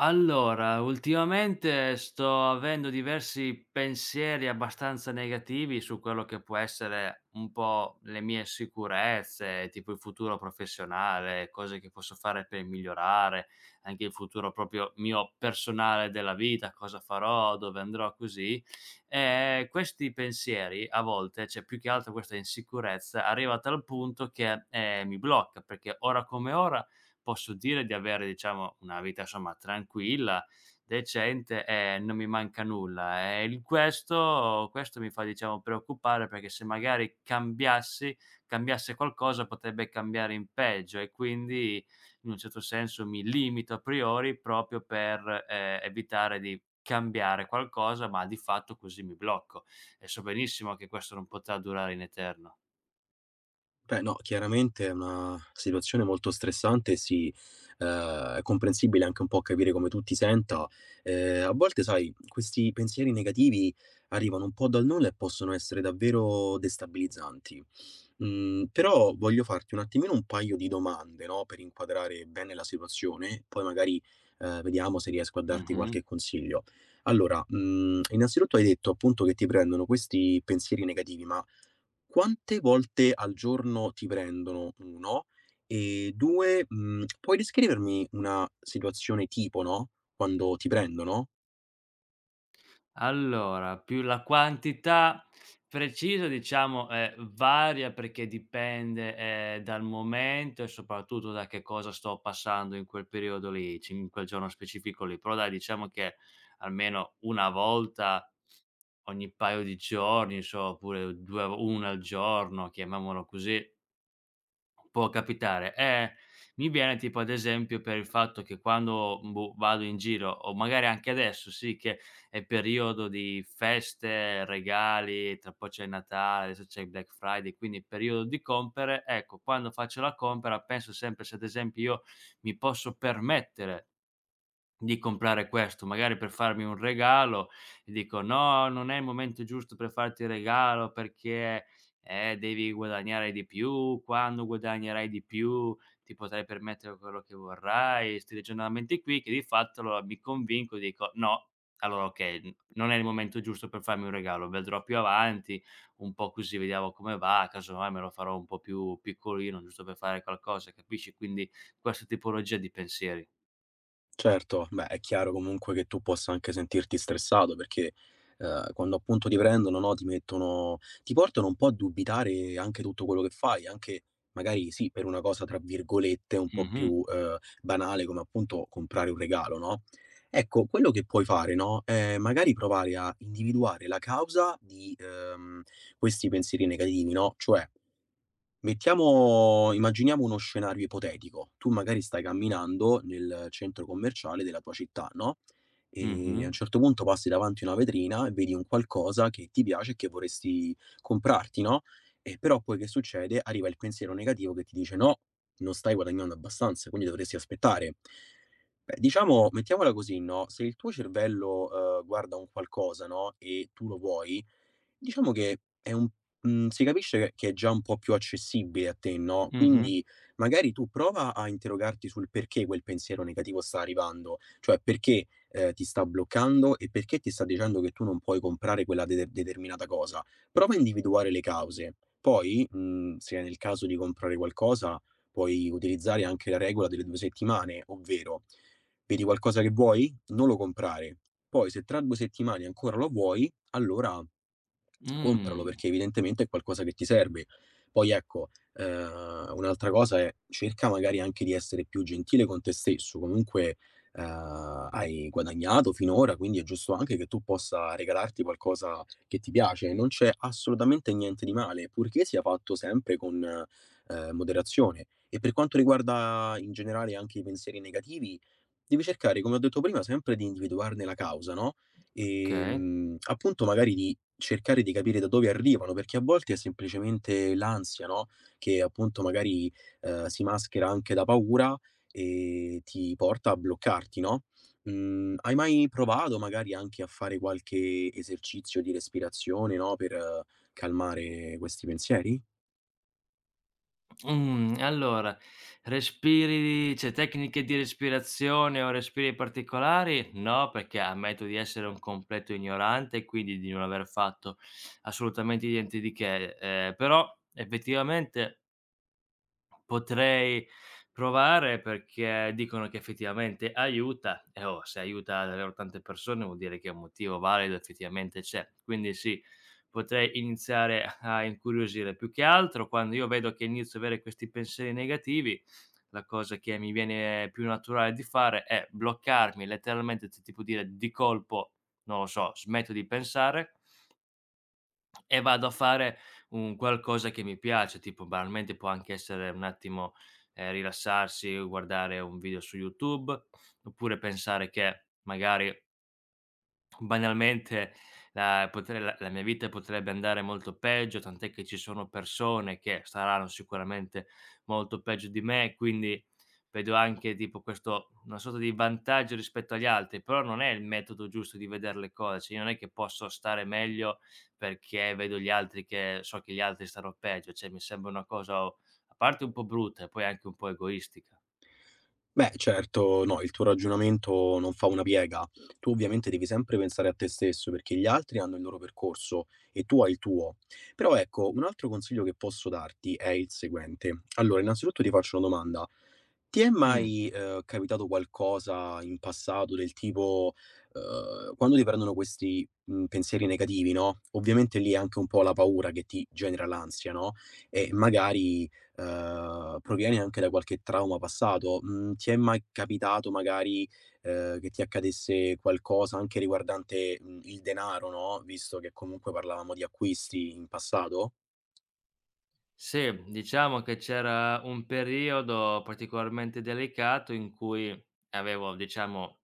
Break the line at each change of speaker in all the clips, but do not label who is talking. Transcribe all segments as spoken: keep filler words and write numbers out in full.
Allora, ultimamente sto avendo diversi pensieri abbastanza negativi su quello che può essere un po' le mie sicurezze, tipo il futuro professionale, cose che posso fare per migliorare, anche il futuro proprio mio personale della vita, cosa farò, dove andrò, così. E questi pensieri a volte, cioè più che altro questa insicurezza, arriva a tal punto che eh, mi blocca, perché ora come ora posso dire di avere, diciamo, una vita insomma tranquilla, decente e non mi manca nulla. E il questo questo mi fa, diciamo, preoccupare perché se magari cambiassi cambiasse qualcosa potrebbe cambiare in peggio e quindi in un certo senso mi limito a priori proprio per, ehm, evitare di cambiare qualcosa, ma di fatto così mi blocco e so benissimo che questo non potrà durare in eterno.
Beh, no, chiaramente è una situazione molto stressante e sì, ehm, è comprensibile anche un po' capire come tu ti senta. Ehm, a volte sai, questi pensieri negativi arrivano un po' dal nulla e possono essere davvero destabilizzanti. Mhmm, però voglio farti un attimino un paio di domande, no, per inquadrare bene la situazione, poi magari, ehm, vediamo se riesco a darti
Mh-mh.
qualche consiglio. Allora, mhmm, innanzitutto hai detto appunto che ti prendono questi pensieri negativi, ma quante volte al giorno ti prendono? uno e due, mhmm, puoi descrivermi una situazione tipo, no, quando ti prendono?
Allora, più la quantità precisa diciamo, ehm, varia perché dipende, ehm, dal momento e soprattutto da che cosa sto passando in quel periodo lì, ci in quel giorno specifico lì. Però dai, diciamo che almeno una volta ogni paio di giorni, so, oppure due una al giorno, chiamiamolo così. Può capitare. Eh, mi viene tipo ad esempio per il fatto che quando, boh, vado in giro o magari anche adesso sì che è periodo di feste, regali, tra poco c'è il Natale, adesso c'è il Black Friday, quindi periodo di compere, ecco, quando faccio la compera penso sempre se ad esempio io mi posso permettere di comprare questo, magari per farmi un regalo e dico: "No, non è il momento giusto per farti il regalo perché, eh, devi guadagnare di più, quando guadagnerai di più ti potrai permettere quello che vorrai". 'Sti ragionamenti qui che di fatto allora mi convinco e dico: "No, allora okay, n non è il momento giusto per farmi un regalo, vedrò più avanti, un po' così vediamo come va, casomai me lo farò un po' più piccolino giusto per fare qualcosa", capisci? Quindi questa tipologia di pensieri.
Certo, beh, è chiaro comunque che tu possa anche sentirti stressato perché, ehm, quando appunto ti prendono, no, ti mettono ti portano un po' a dubitare anche tutto quello che fai, anche magari sì, per una cosa tra virgolette un po'
Mh-mh.
più, ehm, banale come appunto comprare un regalo, no. Ecco, quello che puoi fare, no, è magari provare a individuare la causa di, ehm, questi pensieri negativi, no, cioè mettiamo immaginiamo uno scenario ipotetico. Tu magari stai camminando nel centro commerciale della tua città, no, ehm, a
Mh-mh,
un certo punto passi davanti a una vetrina e vedi un qualcosa che ti piace e che vorresti comprarti, no, e però poi che succede? Arriva il pensiero negativo che ti dice: "No, non stai guadagnando abbastanza, quindi dovresti aspettare". Beh, diciamo mettiamola così, no, se il tuo cervello, uhm, guarda un qualcosa, no, e tu lo vuoi, diciamo che è un Mhmm, si capisce che che è già un po' più accessibile a te, no,
mh-mh,
quindi magari tu prova a interrogarti sul perché quel pensiero negativo sta arrivando, cioè perché, ehm, ti sta bloccando e perché ti sta dicendo che tu non puoi comprare quella de determinata cosa. Prova a individuare le cause. Poi, mhmm, se è nel caso di comprare qualcosa, puoi utilizzare anche la regola delle due settimane, ovvero: vedi qualcosa che vuoi? Non lo comprare. Poi se tra due settimane ancora lo vuoi, allora compralo
mh,
perché evidentemente è qualcosa che ti serve. Poi ecco, ehm, un'altra cosa è cerca magari anche di essere più gentile con te stesso. Comunque, ehm, hai guadagnato finora, quindi è giusto anche che tu possa regalarti qualcosa che ti piace. Non c'è assolutamente niente di male, purché sia fatto sempre con, ehm, moderazione. E per quanto riguarda in generale anche i pensieri negativi, devi cercare, come ho detto prima, sempre di individuarne la causa, no.
okay.
Ehm, appunto magari di cercare di capire da dove arrivano, perché a volte è semplicemente l'ansia, no, che appunto magari, ehm, si maschera anche da paura e ti porta a bloccarti, no? Mhmm, hai mai provato magari anche a fare qualche esercizio di respirazione, no, per eh, calmare questi pensieri?
Mhmm, allora respiri cioè tecniche di respirazione o respiri particolari? No, perché ammetto di essere un completo ignorante e quindi di non aver fatto assolutamente niente di che, ehm, però effettivamente potrei provare perché dicono che effettivamente aiuta e, oh, se aiuta davvero tante persone vuol dire che un motivo valido effettivamente c'è. Quindi sì, potrei iniziare a incuriosire. Più che altro quando io vedo che inizio ad avere questi pensieri negativi, la cosa che mi viene più naturale di fare è bloccarmi letteralmente, t tipo dire di colpo, non lo so, smetto di pensare e vado a fare un qualcosa che mi piace, tipo banalmente può anche essere un attimo, ehm, rilassarsi, guardare un video su YouTube, oppure pensare che magari banalmente la potre la la mia vita potrebbe andare molto peggio, tant'è che ci sono persone che staranno sicuramente molto peggio di me, quindi vedo anche tipo questo una sorta di vantaggio rispetto agli altri, però non è il metodo giusto di vedere le cose, cioè io non è che posso stare meglio perché vedo gli altri che so che gli altri stanno peggio, cioè mi sembra una cosa o a parte un po' brutta e poi anche un po' egoistica.
Beh, certo, no, il tuo ragionamento non fa una piega. Tu ovviamente devi sempre pensare a te stesso perché gli altri hanno il loro percorso e tu hai il tuo. Però ecco, un altro consiglio che posso darti è il seguente. Allora, innanzitutto ti faccio una domanda. Ti è
Mh.
mai, ehm, capitato qualcosa in passato del tipo, ehm, quando ti prendono questi, mhmm, pensieri negativi, no, ovviamente lì è anche un po' la paura che ti genera l'ansia, no, e magari ehm, provieni anche da qualche trauma passato. Mhmm, ti è mai capitato magari, ehm, che ti accadesse qualcosa anche riguardante, mhmm, il denaro, no, visto che comunque parlavamo di acquisti in passato?
Sì, diciamo che c'era un periodo particolarmente delicato in cui avevo, diciamo,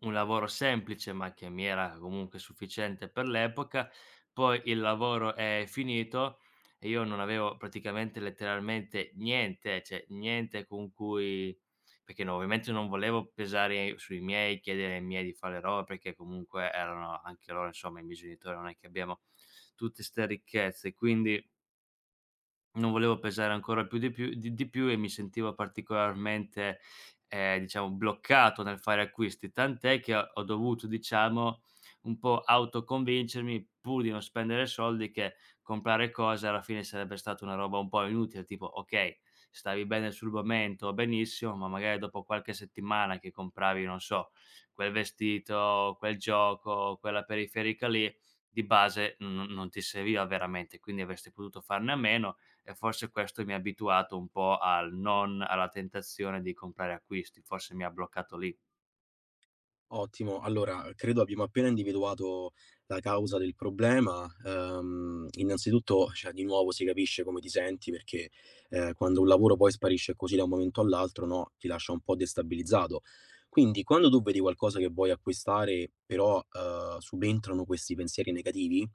un lavoro semplice, ma che mi era comunque sufficiente per l'epoca. Poi il lavoro è finito e io non avevo praticamente letteralmente niente, cioè niente con cui perché no, ovviamente non volevo pesare sui miei, chiedere ai miei di fare roba, perché comunque erano anche loro, insomma, i miei genitori, non è che abbiamo tutte ste ricchezze, quindi non volevo pesare ancora più di più di di più e mi sentivo particolarmente, ehm, diciamo bloccato nel fare acquisti, tant'è che ho ho dovuto, diciamo, un po' autoconvincermi, pur di non spendere soldi, che comprare cose alla fine sarebbe stata una roba un po' inutile, tipo: okay, stavi bene sul momento, benissimo, ma magari dopo qualche settimana che compravi, non so, quel vestito, quel gioco, quella periferica lì, di base non non non ti serviva veramente, quindi avresti potuto farne a meno e forse questo mi ha abituato un po' al non alla tentazione di comprare acquisti, forse mi ha bloccato lì.
Ottimo, allora credo abbiamo appena individuato la causa del problema. Ehm, innanzitutto, cioè, di nuovo si capisce come ti senti perché, ehm, quando un lavoro poi sparisce così da un momento all'altro, no, ti lascia un po' destabilizzato. Quindi quando tu vedi qualcosa che vuoi acquistare, però, ehm, subentrano questi pensieri negativi,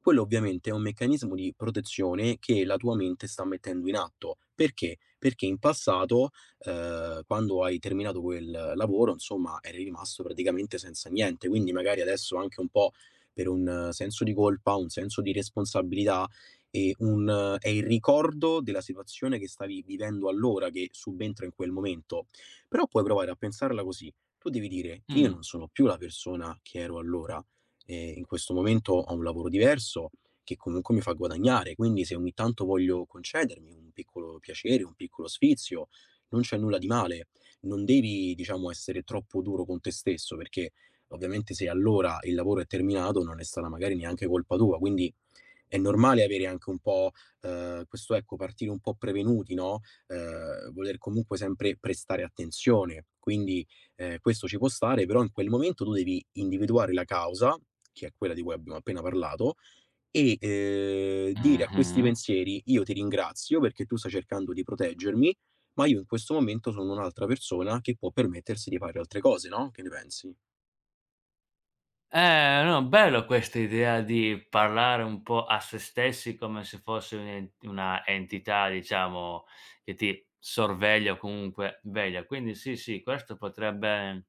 quello ovviamente è un meccanismo di protezione che la tua mente sta mettendo in atto. Perché? Perché in passato, ehm, quando hai terminato quel lavoro, insomma, eri rimasto praticamente senza niente. Quindi magari adesso anche un po' per un eh, senso di colpa, un senso di responsabilità e un eh, è il ricordo della situazione che stavi vivendo allora, che subentra in quel momento. Però puoi provare a pensarla così: tu devi dire: "Io
Mh.
non sono più la persona che ero allora, ehm, in questo momento ho un lavoro diverso che comunque mi fa guadagnare, quindi se ogni tanto voglio concedermi un piccolo piacere, un piccolo sfizio, non c'è nulla di male. Non devi, diciamo, essere troppo duro con te stesso, perché ovviamente se allora il lavoro è terminato non è stata magari neanche colpa tua, quindi è normale avere anche un po', ehm, questo ecco, partire un po' prevenuti, no, ehm, voler comunque sempre prestare attenzione. Quindi, ehm, questo ci può stare, però in quel momento tu devi individuare la causa, che è quella di cui abbiamo appena parlato, e eh, dire a questi
Mh-mh.
pensieri io ti ringrazio perché tu stai cercando di proteggermi, ma io in questo momento sono un'altra persona che può permettersi di fare altre cose, no? Che ne pensi?
Eh, no, bello questa idea di parlare un po' a se stessi come se fosse un'en una entità, diciamo, che ti sorveglia o comunque veglia. Quindi sì, sì, questo potrebbe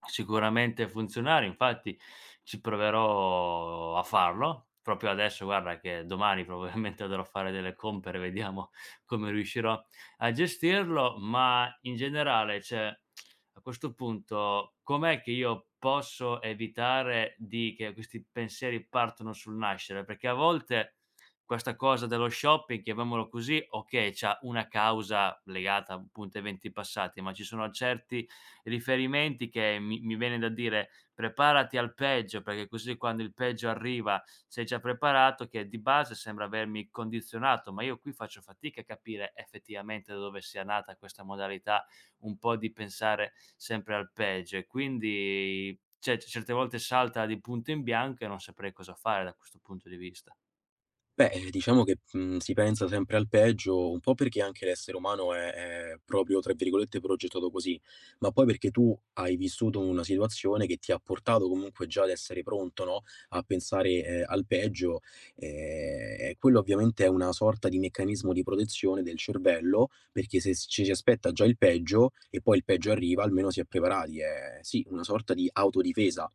sicuramente funzionare, infatti ci proverò a farlo. Proprio adesso guarda che domani probabilmente andrò a fare delle compere, vediamo come riuscirò a gestirlo, ma in generale, cioè a questo punto com'è che io posso evitare di che questi pensieri partono sul nascere? Perché a volte questa cosa dello shopping, chiamiamolo così, okay, c'ha una causa legata appunto a eventi passati, ma ci sono certi riferimenti che mi mi viene da dire: "Preparati al peggio, perché così quando il peggio arriva sei già preparato", che di base sembra avermi condizionato, ma io qui faccio fatica a capire effettivamente da dove sia nata questa modalità un po' di pensare sempre al peggio e quindi, cioè, certe volte salta di punto in bianco e non saprei cosa fare da questo punto di vista.
Beh, diciamo che, mhmm, si pensa sempre al peggio, un po' perché anche l'essere umano è è proprio, tra virgolette, "progettato" così, ma poi perché tu hai vissuto una situazione che ti ha portato comunque già ad essere pronto, no, a pensare, ehm, al peggio, ehm, e quello ovviamente è una sorta di meccanismo di protezione del cervello, perché se s ci si aspetta già il peggio e poi il peggio arriva, almeno si è preparati. È sì, una sorta di autodifesa.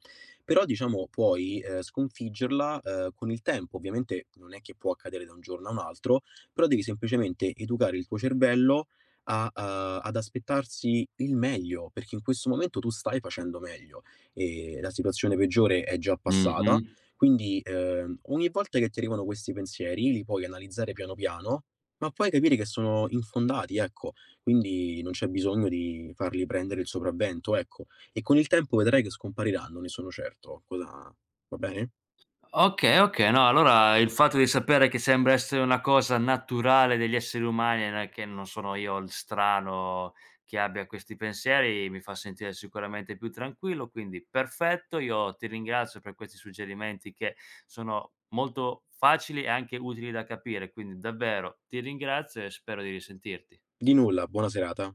Però diciamo puoi, ehm, sconfiggerla, ehm, con il tempo. Ovviamente non è che può accadere da un giorno a un altro, però devi semplicemente educare il tuo cervello a uhm, ad aspettarsi il meglio, perché in questo momento tu stai facendo meglio e la situazione peggiore è già
Mh-mh.
passata. Quindi, ehm, ogni volta che ti arrivano questi pensieri li puoi analizzare piano piano, ma puoi capire che sono infondati, ecco. Quindi non c'è bisogno di farli prendere il sopravvento, ecco. E con il tempo vedrai che scompariranno, ne sono certo. Cosa va bene?
Okay, okay. No, allora il fatto di sapere che sembra essere una cosa naturale degli esseri umani, e non è che non sono io il strano che abbia questi pensieri, mi fa sentire sicuramente più tranquillo, quindi perfetto. Io ti ringrazio per questi suggerimenti che sono molto facili e anche utili da capire, quindi davvero ti ringrazio e spero di risentirti.
Di nulla, buona serata.